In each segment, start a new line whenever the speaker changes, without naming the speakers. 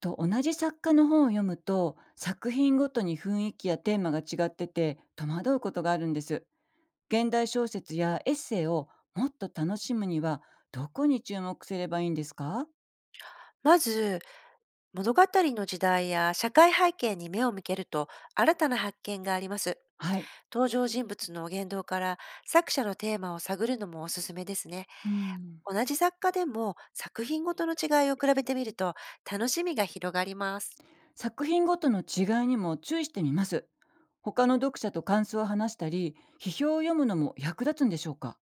と、同じ作家の本を読むと、作品ごとに雰囲気やテーマが違ってて戸惑うことがあるんです。現代小説やエッセイをもっと楽しむには、どこに注目すればいいんですか？
まず、物語の時代や社会背景に目を向けると新たな発見があります。
はい。
登場人物の言動から作者のテーマを探るのもおすすめですね。
うん。
同じ作家でも作品ごとの違いを比べてみると楽しみが広がります。
作品ごとの違いにも注意してみます。他の読者と感想を話したり、批評を読むのも役立つんでしょうか？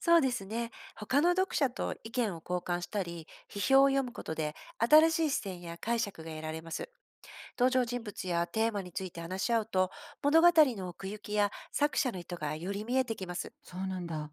そうですね。他の読者と意見を交換したり、批評を読むことで新しい視点や解釈が得られます。登場人物やテーマについて話し合うと、物語の奥行きや作者の意図がより見えてきます。
そうなんだ。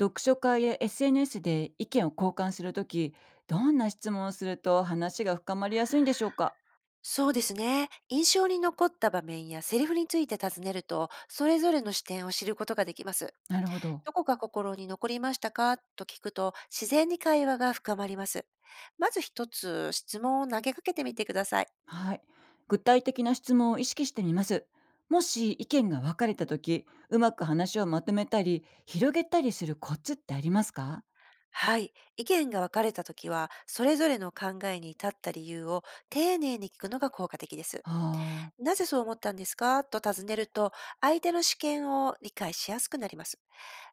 読書会や SNS で意見を交換するとき、どんな質問をすると話が深まりやすいんでしょうか？
そうですね。印象に残った場面やセリフについて尋ねると、それぞれの視点を知ることができます。
なるほど。
どこが心に残りましたかと聞くと、自然に会話が深まります。まず一つ質問を投げかけてみてください。
はい。具体的な質問を意識してみます。もし意見が分かれた時うまく話をまとめたり、広げたりするコツってありますか？
はい。意見が分かれたときは、それぞれの考えに立った理由を丁寧に聞くのが効果的です。
ああ
なぜそう思ったんですかと尋ねると、相手の視点を理解しやすくなります。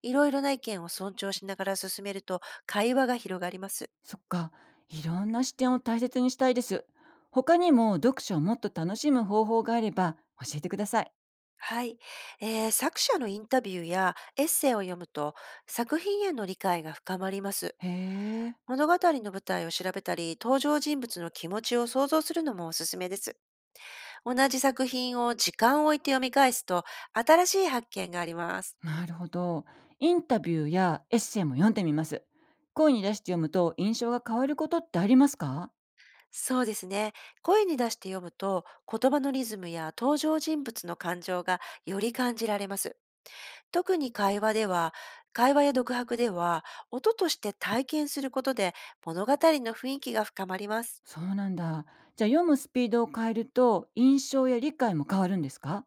いろいろな意見を尊重しながら進めると、会話が広がります。
ー、そっか。いろんな視点を大切にしたいです。他にも読書をもっと楽しむ方法があれば教えてください。
はい、作者のインタビューやエッセイを読むと、作品への理解が深まります。
へえ、
物語の舞台を調べたり、登場人物の気持ちを想像するのもおすすめです。同じ作品を時間を置いて読み返すと、新しい発見があります。
なるほど。インタビューやエッセイも読んでみます。声に出して読むと印象が変わることってありますか？
そうですね。声に出して読むと、言葉のリズムや登場人物の感情がより感じられます。特に会話では、会話や独白では、音として体験することで物語の雰囲気が深まります。
そうなんだ。じゃあ読むスピードを変えると印象や理解も変わるんですか？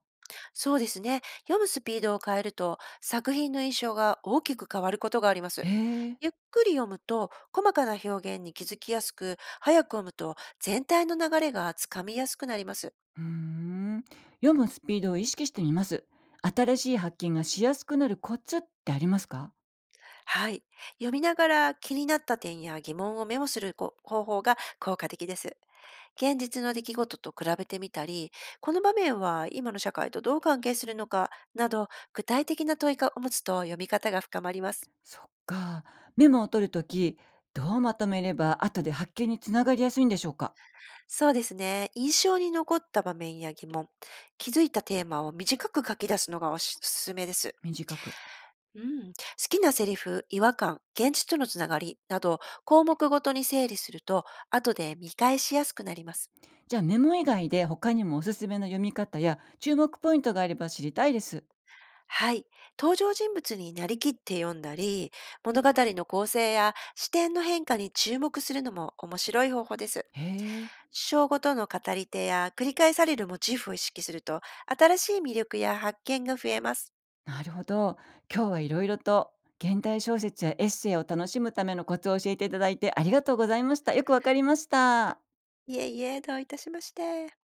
そうですね。読むスピードを変えると、作品の印象が大きく変わることがありま
へ
す。
え。
ゆっくり読むと、細かな表現に気づきやすく、早く読むと全体の流れがつかみやすくなります。
うーん。読むスピードを意識してみます。新しい発見がしやすくなるコツってありますか？
はい。読みながら気になった点や疑問をメモする方法が効果的です。現実の出来事と比べてみたり、この場面は今の社会とどう関係するのかなど、具体的な問いを持つと読み方が深まります。
そっか。メモを取るとき、どうまとめれば後で発見につながりやすいんでしょうか？
そうですね。印象に残った場面や疑問、気づいたテーマを短く書き出すのがおすすめです。
短く。
うん、好きなセリフ、違和感、現実とのつながりなど項目ごとに整理すると後で見返しやすくなります。
じゃあメモ以外で他にもおすすめの読み方や注目ポイントがあれば知りたいです。
はい。登場人物になりきって読んだり、物語の構成や視点の変化に注目するのも面白い方法です。
へえ。
章ごとの語り手や繰り返されるモチーフを意識すると、新しい魅力や発見が増えます。
なるほど。今日はいろいろと現代小説やエッセイを楽しむためのコツを教えていただいてありがとうございました。よくわかりました。
いえいえ、どういたしまして。